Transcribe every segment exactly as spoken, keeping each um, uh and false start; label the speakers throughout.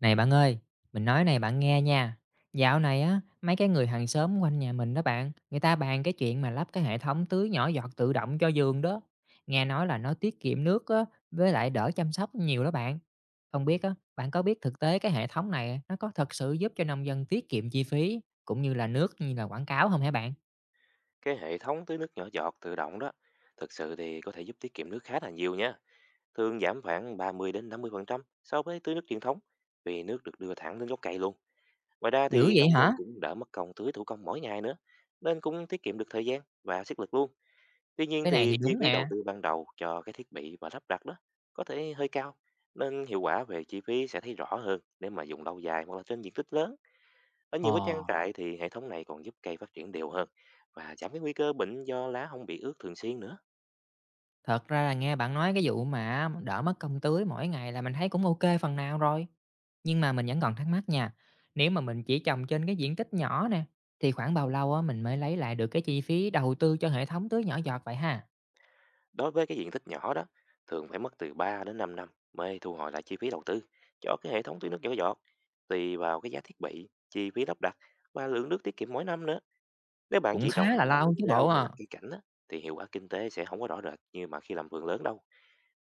Speaker 1: Này bạn ơi, mình nói này bạn nghe nha. Dạo này á, mấy cái người hàng xóm quanh nhà mình đó bạn, người ta bàn cái chuyện mà lắp cái hệ thống tưới nhỏ giọt tự động cho vườn đó. Nghe nói là nó tiết kiệm nước á, với lại đỡ chăm sóc nhiều đó bạn. Không biết á, bạn có biết thực tế cái hệ thống này nó có thật sự giúp cho nông dân tiết kiệm chi phí cũng như là nước như là quảng cáo không hả bạn?
Speaker 2: Cái hệ thống tưới nước nhỏ giọt tự động đó thực sự thì có thể giúp tiết kiệm nước khá là nhiều nha. Thường giảm khoảng ba mươi đến năm mươi phần trăm so với tưới nước truyền thống, vì nước được đưa thẳng đến gốc cây luôn. Ngoài ra
Speaker 1: Dữ
Speaker 2: thì
Speaker 1: vậy
Speaker 2: nông
Speaker 1: hả?
Speaker 2: dân cũng đỡ mất công tưới thủ công mỗi ngày nữa, nên cũng tiết kiệm được thời gian và sức lực luôn. Tuy nhiên
Speaker 1: Cái này thì
Speaker 2: thì chi
Speaker 1: đúng
Speaker 2: phí
Speaker 1: nè.
Speaker 2: đầu tư ban đầu cho cái thiết bị và lắp đặt đó có thể hơi cao, nên hiệu quả về chi phí sẽ thấy rõ hơn nếu mà dùng lâu dài hoặc là trên diện tích lớn. Ở nhiều cái trang
Speaker 1: Ồ.
Speaker 2: trại thì hệ thống này còn giúp cây phát triển đều hơn và giảm cái nguy cơ bệnh do lá không bị ướt thường xuyên nữa.
Speaker 1: Thật ra là nghe bạn nói cái vụ mà đỡ mất công tưới mỗi ngày là mình thấy cũng ok phần nào rồi. Nhưng mà mình vẫn còn thắc mắc nha, nếu mà mình chỉ trồng trên cái diện tích nhỏ nè, thì khoảng bao lâu á mình mới lấy lại được cái chi phí đầu tư cho hệ thống tưới nhỏ giọt vậy ha?
Speaker 2: Đối với cái diện tích nhỏ đó, thường phải mất từ ba đến 5 năm mới thu hồi lại chi phí đầu tư cho cái hệ thống tưới nước nhỏ giọt. Tùy vào cái giá thiết bị, chi phí lắp đặt và lượng nước tiết kiệm mỗi năm nữa. Nếu bạn
Speaker 1: Cũng
Speaker 2: chỉ
Speaker 1: khá
Speaker 2: trồng
Speaker 1: là
Speaker 2: vào
Speaker 1: lâu
Speaker 2: lúc
Speaker 1: chứ bộ
Speaker 2: rau hay
Speaker 1: à.
Speaker 2: là cây cảnh á, thì hiệu quả kinh tế sẽ không có rõ rệt như mà khi làm vườn lớn đâu.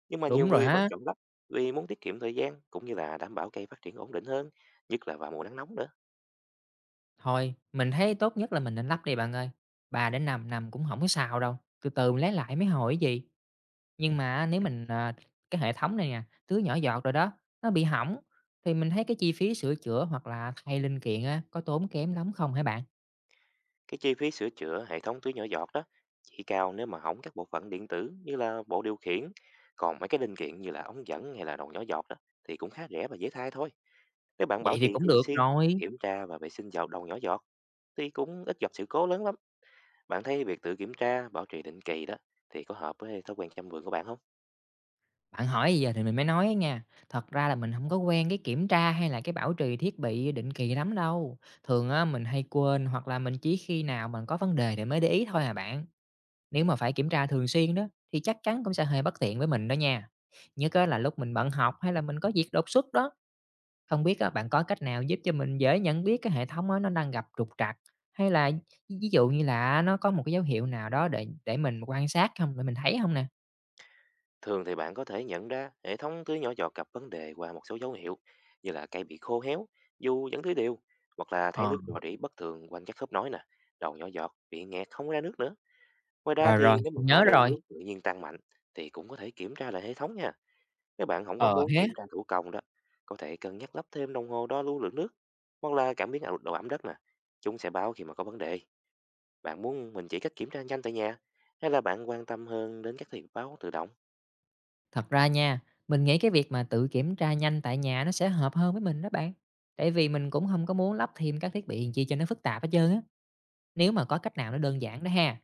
Speaker 2: Nhưng mà nhiều
Speaker 1: Đúng rồi
Speaker 2: người vẫn
Speaker 1: ha.
Speaker 2: chọn lắp vì muốn tiết kiệm thời gian cũng như là đảm bảo cây phát triển ổn định hơn, nhất là vào mùa nắng nóng nữa.
Speaker 1: Thôi, mình thấy tốt nhất là mình nên lắp đi bạn ơi. ba đến 5 năm cũng không có sao đâu. Từ từ mình lấy lại mới hồi gì. Nhưng mà nếu mình, à, cái hệ thống này nè, tưới nhỏ giọt rồi đó, nó bị hỏng thì mình thấy cái chi phí sửa chữa hoặc là thay linh kiện á, có tốn kém lắm không hả bạn?
Speaker 2: Cái chi phí sửa chữa hệ thống tưới nhỏ giọt đó chỉ cao nếu mà hỏng các bộ phận điện tử như là bộ điều khiển, còn mấy cái linh kiện như là ống dẫn hay là đầu nhỏ giọt đó thì cũng khá rẻ và dễ thay thôi. Nếu bạn
Speaker 1: Vậy
Speaker 2: bảo
Speaker 1: thì
Speaker 2: trì
Speaker 1: cũng
Speaker 2: thường
Speaker 1: được
Speaker 2: xuyên,
Speaker 1: rồi.
Speaker 2: kiểm tra và vệ sinh vào đầu nhỏ giọt thì cũng ít gặp sự cố lớn lắm. Bạn thấy việc tự kiểm tra, bảo trì định kỳ đó thì có hợp với thói quen chăm vườn của bạn không?
Speaker 1: Bạn hỏi gì giờ thì mình mới nói nha, thật ra là mình không có quen cái kiểm tra hay là cái bảo trì thiết bị định kỳ lắm đâu. Thường á, mình hay quên hoặc là mình chỉ khi nào mình có vấn đề thì mới để ý thôi à bạn. Nếu mà phải kiểm tra thường xuyên đó, thì chắc chắn cũng sẽ hơi bất tiện với mình đó nha. Nhất cái là lúc mình bận học hay là mình có việc đột xuất đó. Không biết á, bạn có cách nào giúp cho mình dễ nhận biết cái hệ thống á, nó đang gặp trục trặc hay là ví ví dụ như là nó có một cái dấu hiệu nào đó để để mình quan sát không, để mình thấy không nè?
Speaker 2: Thường thì bạn có thể nhận ra hệ thống tưới nhỏ giọt gặp vấn đề qua một số dấu hiệu như là cây bị khô héo, dù vẫn tưới đều, hoặc là thấy
Speaker 1: Ờ,
Speaker 2: nước rò rỉ bất thường quanh các khớp nối nè, đầu nhỏ giọt bị nghẹt không ra nước nữa. Ngoài ra
Speaker 1: rồi,
Speaker 2: thì
Speaker 1: rồi,
Speaker 2: nếu mà
Speaker 1: mình
Speaker 2: hóa
Speaker 1: nhớ
Speaker 2: đơn
Speaker 1: rồi.
Speaker 2: nước tự nhiên tăng mạnh thì cũng có thể kiểm tra lại hệ thống nha. Nếu bạn không có
Speaker 1: Ờ
Speaker 2: muốn
Speaker 1: hé,
Speaker 2: kiểm tra thủ công đó, có thể cân nhắc lắp thêm đồng hồ đo lưu lượng nước hoặc là cảm biến ảo- độ ẩm đất nè. Chúng sẽ báo khi mà có vấn đề. Bạn muốn mình chỉ cách kiểm tra nhanh tại nhà hay là bạn quan tâm hơn đến các thiết bị báo tự động?
Speaker 1: thật ra nha, mình nghĩ cái việc mà tự kiểm tra nhanh tại nhà nó sẽ hợp hơn với mình đó bạn. Tại vì mình cũng không có muốn lắp thêm các thiết bị gì cho nó phức tạp hết trơn á, nếu mà có cách nào nó đơn giản đó ha.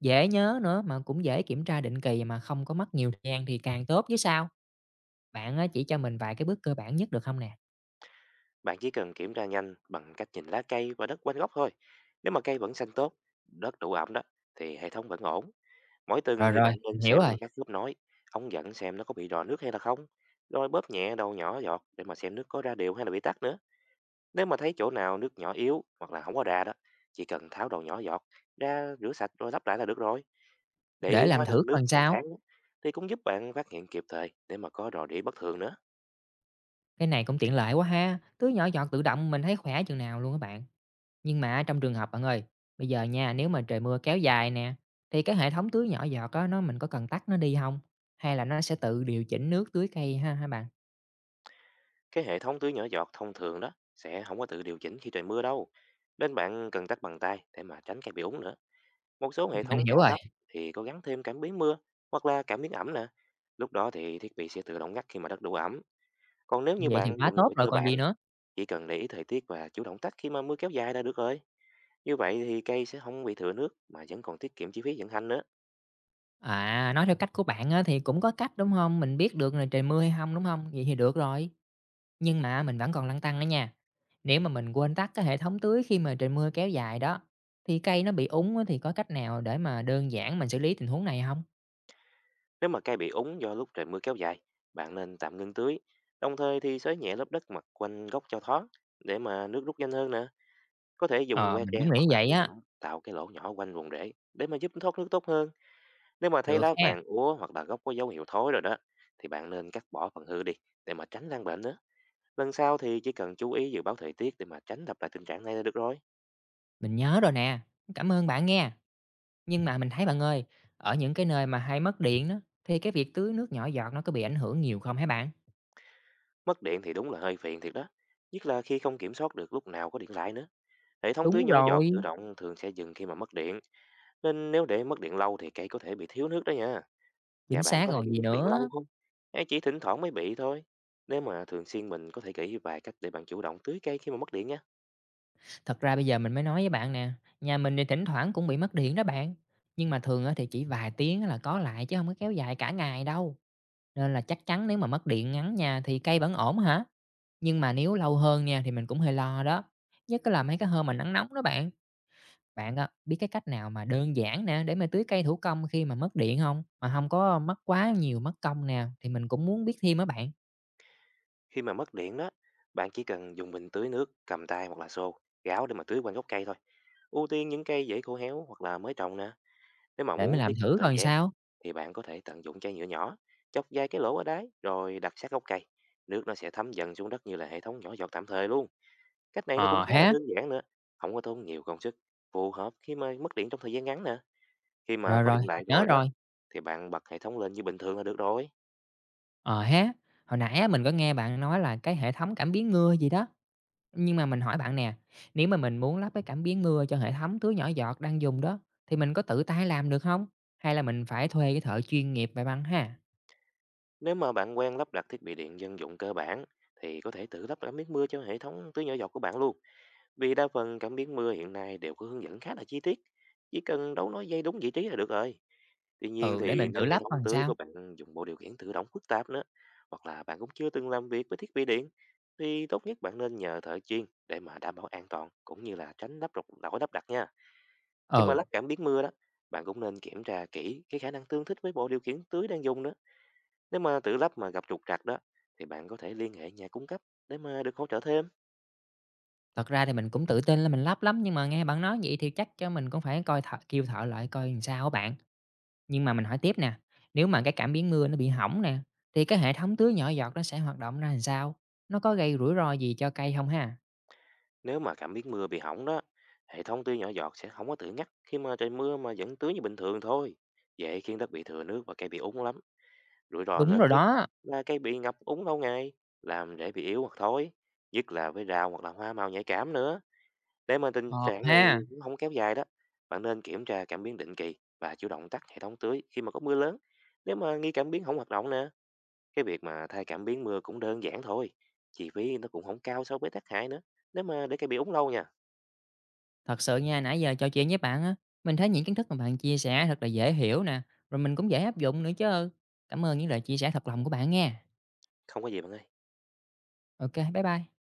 Speaker 1: Dễ nhớ nữa mà cũng dễ kiểm tra định kỳ mà không có mất nhiều thời gian thì càng tốt chứ sao. Bạn á, chỉ cho mình vài cái bước cơ bản nhất được không nè?
Speaker 2: Bạn chỉ cần kiểm tra nhanh bằng cách nhìn lá cây và đất quanh gốc thôi. Nếu mà cây vẫn xanh tốt, đất đủ ẩm đó, thì hệ thống vẫn ổn. Mỗi tuần
Speaker 1: Rồi,
Speaker 2: thì
Speaker 1: rồi,
Speaker 2: bạn
Speaker 1: mình
Speaker 2: nên
Speaker 1: hiểu
Speaker 2: xem
Speaker 1: rồi,
Speaker 2: qua các khớp nối, ống dẫn xem nó có bị rò nước hay là không. Rồi bóp nhẹ đầu nhỏ giọt để mà xem nước có ra đều hay là bị tắc nữa. Nếu mà thấy chỗ nào nước nhỏ yếu hoặc là không có ra đó, chỉ cần tháo đầu nhỏ giọt ra rửa sạch rồi lắp lại là được rồi. Để
Speaker 1: để
Speaker 2: ý
Speaker 1: làm
Speaker 2: hóa
Speaker 1: thử
Speaker 2: đơn
Speaker 1: coi
Speaker 2: nước
Speaker 1: làm
Speaker 2: hàng
Speaker 1: sao.
Speaker 2: tháng á, thì cũng giúp bạn phát hiện kịp thời để mà có rò rỉ bất thường nữa.
Speaker 1: Cái này cũng tiện lợi quá ha, tưới nhỏ giọt tự động mình thấy khỏe chừng nào luôn các bạn. Nhưng mà trong trường hợp bạn ơi, bây giờ nha, nếu mà trời mưa kéo dài nè, thì cái hệ thống tưới nhỏ giọt á, nó mình có cần tắt nó đi không? Hay là nó sẽ tự điều chỉnh nước tưới cây ha hả bạn?
Speaker 2: Cái hệ thống tưới nhỏ giọt thông thường đó sẽ không có tự điều chỉnh khi trời mưa đâu. Nên bạn cần tắt bằng tay để mà tránh cây bị úng nữa. Một số
Speaker 1: Ừm,
Speaker 2: hệ
Speaker 1: mình
Speaker 2: thống
Speaker 1: hiểu
Speaker 2: cao
Speaker 1: rồi.
Speaker 2: cấp thì có gắn thêm cảm biến mưa hoặc là cảm biến ẩm nè. Lúc đó thì thiết bị sẽ tự động ngắt khi mà đất đủ ẩm. Còn nếu như
Speaker 1: Vậy thì
Speaker 2: bạn
Speaker 1: quá
Speaker 2: dùng
Speaker 1: tốt
Speaker 2: loại
Speaker 1: rồi
Speaker 2: cơ
Speaker 1: còn gì
Speaker 2: bản,
Speaker 1: nữa.
Speaker 2: chỉ cần để ý thời tiết và chủ động tắt khi mà mưa kéo dài là được rồi. Như vậy thì cây sẽ không bị thừa nước mà vẫn còn tiết kiệm chi phí vận hành nữa.
Speaker 1: À, nói theo cách của bạn á, thì cũng có cách, đúng không? Mình biết được là trời mưa hay không, đúng không? Vậy thì được rồi. Nhưng mà mình vẫn còn lăn tăn đó nha. Nếu mà mình quên tắt cái hệ thống tưới khi mà trời mưa kéo dài đó, thì cây nó bị úng á thì có cách nào để mà đơn giản mình xử lý tình huống này không?
Speaker 2: Nếu mà cây bị úng do lúc trời mưa kéo dài, bạn nên tạm ngưng tưới. Đồng thời thì xới nhẹ lớp đất mặt quanh gốc cho thoáng để mà nước rút nhanh hơn nè. Có thể dùng
Speaker 1: Ờ,
Speaker 2: que
Speaker 1: mình
Speaker 2: tre
Speaker 1: cũng nghĩ
Speaker 2: hoặc là
Speaker 1: vậy
Speaker 2: đũa
Speaker 1: á.
Speaker 2: nhỏ tạo cái lỗ nhỏ quanh vùng rễ để mà giúp thoát nước tốt hơn. Nếu mà thấy
Speaker 1: Được
Speaker 2: lá
Speaker 1: ha,
Speaker 2: vàng úa hoặc là gốc có dấu hiệu thối rồi đó thì bạn nên cắt bỏ phần hư đi để mà tránh lan bệnh nữa. Lần sau thì chỉ cần chú ý dự báo thời tiết để mà tránh lặp lại tình trạng này là được rồi.
Speaker 1: mình nhớ rồi nè. Cảm ơn bạn nghe. Nhưng mà mình thấy bạn ơi, ở những cái nơi mà hay mất điện đó, thì cái việc tưới nước nhỏ giọt nó có bị ảnh hưởng nhiều không hả bạn?
Speaker 2: Mất điện thì đúng là hơi phiền thiệt đó. Nhất là khi không kiểm soát được lúc nào có điện lại nữa. Hệ thống tưới
Speaker 1: Đúng
Speaker 2: nhỏ giọt tự
Speaker 1: rồi,
Speaker 2: động thường sẽ dừng khi mà mất điện. Nên nếu để mất điện lâu thì cây có thể bị thiếu nước đó nha.
Speaker 1: chính
Speaker 2: Nhà bạn
Speaker 1: xác
Speaker 2: có hay
Speaker 1: còn
Speaker 2: bị
Speaker 1: gì
Speaker 2: mất điện lâu
Speaker 1: nữa.
Speaker 2: không? Hay chỉ thỉnh thoảng mới bị thôi? Nếu mà thường xuyên mình có thể nghĩ vài cách để bạn chủ động tưới cây khi mà mất điện nhé.
Speaker 1: Thật ra bây giờ mình mới nói với bạn nè, nhà mình thì thỉnh thoảng cũng bị mất điện đó bạn. Nhưng mà thường á thì chỉ vài tiếng á là có lại chứ không có kéo dài cả ngày đâu. Nên là chắc chắn nếu mà mất điện ngắn nha thì cây vẫn ổn hả? Nhưng mà nếu lâu hơn nha thì mình cũng hơi lo đó. Nhất là mấy cái hôm mà nắng nóng đó bạn. Bạn á, biết cái cách nào mà đơn giản nè để mà tưới cây thủ công khi mà mất điện không? Mà không có mất quá nhiều mất công nè, thì mình cũng muốn biết thêm á bạn,
Speaker 2: Khi mà mất điện đó, bạn chỉ cần dùng bình tưới nước, cầm tay hoặc là xô, gáo để mà tưới quanh gốc cây thôi. Ưu tiên những cây dễ khô héo hoặc là mới trồng nè. Nếu mà
Speaker 1: để mình
Speaker 2: muốn
Speaker 1: làm
Speaker 2: tiết kiệm
Speaker 1: thử
Speaker 2: thời
Speaker 1: coi
Speaker 2: gian
Speaker 1: sao.
Speaker 2: thì bạn có thể tận dụng chai nhựa nhỏ, chọc vài cái lỗ ở đáy rồi đặt sát gốc cây. Nước nó sẽ thấm dần xuống đất như là hệ thống nhỏ giọt tạm thời luôn. Cách này nó cũng
Speaker 1: Ờ
Speaker 2: khá là
Speaker 1: ha,
Speaker 2: đơn giản nữa, không có tốn nhiều công sức, phù hợp khi mà mất điện trong thời gian ngắn nè. Khi mà
Speaker 1: rồi,
Speaker 2: có
Speaker 1: rồi,
Speaker 2: điện lại
Speaker 1: nhớ
Speaker 2: rồi đó,
Speaker 1: rồi.
Speaker 2: thì bạn bật hệ thống lên như bình thường là được rồi.
Speaker 1: Ờ ha, hồi nãy á mình có nghe bạn nói là cái hệ thống cảm biến mưa gì đó, nhưng mà mình hỏi bạn nè, nếu mà mình muốn lắp cái cảm biến mưa cho hệ thống tưới nhỏ giọt đang dùng đó, thì mình có tự tay làm được không? Hay là mình phải thuê cái thợ chuyên nghiệp vậy bạn ha?
Speaker 2: Nếu mà bạn quen lắp đặt thiết bị điện dân dụng cơ bản, thì có thể tự lắp cảm biến mưa cho hệ thống tưới nhỏ giọt của bạn luôn. Vì đa phần cảm biến mưa hiện nay đều có hướng dẫn khá là chi tiết. Chỉ cần đấu nối dây đúng vị trí là được rồi. Tuy nhiên
Speaker 1: Ừ, để
Speaker 2: thì
Speaker 1: mình tự
Speaker 2: nếu hệ
Speaker 1: lắp
Speaker 2: thống
Speaker 1: còn
Speaker 2: tưới
Speaker 1: sao?
Speaker 2: của bạn dùng bộ điều khiển tự động phức tạp nữa, hoặc là bạn cũng chưa từng làm việc với thiết bị điện, thì tốt nhất bạn nên nhờ thợ chuyên để mà đảm bảo an toàn cũng như là tránh lắp rục lỗi lắp đặt nha. Khi mà lắp
Speaker 1: Ừ,
Speaker 2: cảm biến mưa đó, bạn cũng nên kiểm tra kỹ cái khả năng tương thích với bộ điều khiển tưới đang dùng đó. Nếu mà tự lắp mà gặp trục trặc đó, thì bạn có thể liên hệ nhà cung cấp để mà được hỗ trợ thêm.
Speaker 1: thật ra thì mình cũng tự tin là mình lắp lắm, nhưng mà nghe bạn nói vậy thì chắc cho mình cũng phải coi thợ, kêu thợ lại coi làm sao á bạn. Nhưng mà mình hỏi tiếp nè, nếu mà cái cảm biến mưa nó bị hỏng nè, thì cái hệ thống tưới nhỏ giọt nó sẽ hoạt động ra làm sao? Nó có gây rủi ro gì cho cây không ha?
Speaker 2: Nếu mà cảm biến mưa bị hỏng đó, hệ thống tưới nhỏ giọt sẽ không có tự ngắt khi mà trời mưa mà vẫn tưới như bình thường thôi. Dễ khiến đất bị thừa nước và cây bị úng lắm. Rủi ro
Speaker 1: Đúng
Speaker 2: lớn
Speaker 1: rồi
Speaker 2: nhất
Speaker 1: đó.
Speaker 2: là cây bị ngập úng lâu ngày, làm rễ bị yếu hoặc thối, nhất là với rau hoặc là hoa màu nhạy cảm nữa. Để mà tình
Speaker 1: Ờ
Speaker 2: trạng này
Speaker 1: ha.
Speaker 2: cũng hổng kéo dài đó, bạn nên kiểm tra cảm biến định kỳ và chủ động tắt hệ thống tưới khi mà có mưa lớn. Nếu mà nghi cảm biến không hoạt động nè, cái việc mà thay cảm biến mưa cũng đơn giản thôi. Chi phí nó cũng không cao so với tác hại nữa. Nếu mà để cây bị úng lâu nha,
Speaker 1: Thật sự nha, nãy giờ trò chuyện với bạn á, mình thấy những kiến thức mà bạn chia sẻ thật là dễ hiểu nè, rồi mình cũng dễ áp dụng nữa chứ. Cảm ơn những lời chia sẻ thật lòng của bạn nghe.
Speaker 2: không có gì bạn ơi.
Speaker 1: Ok, bye bye.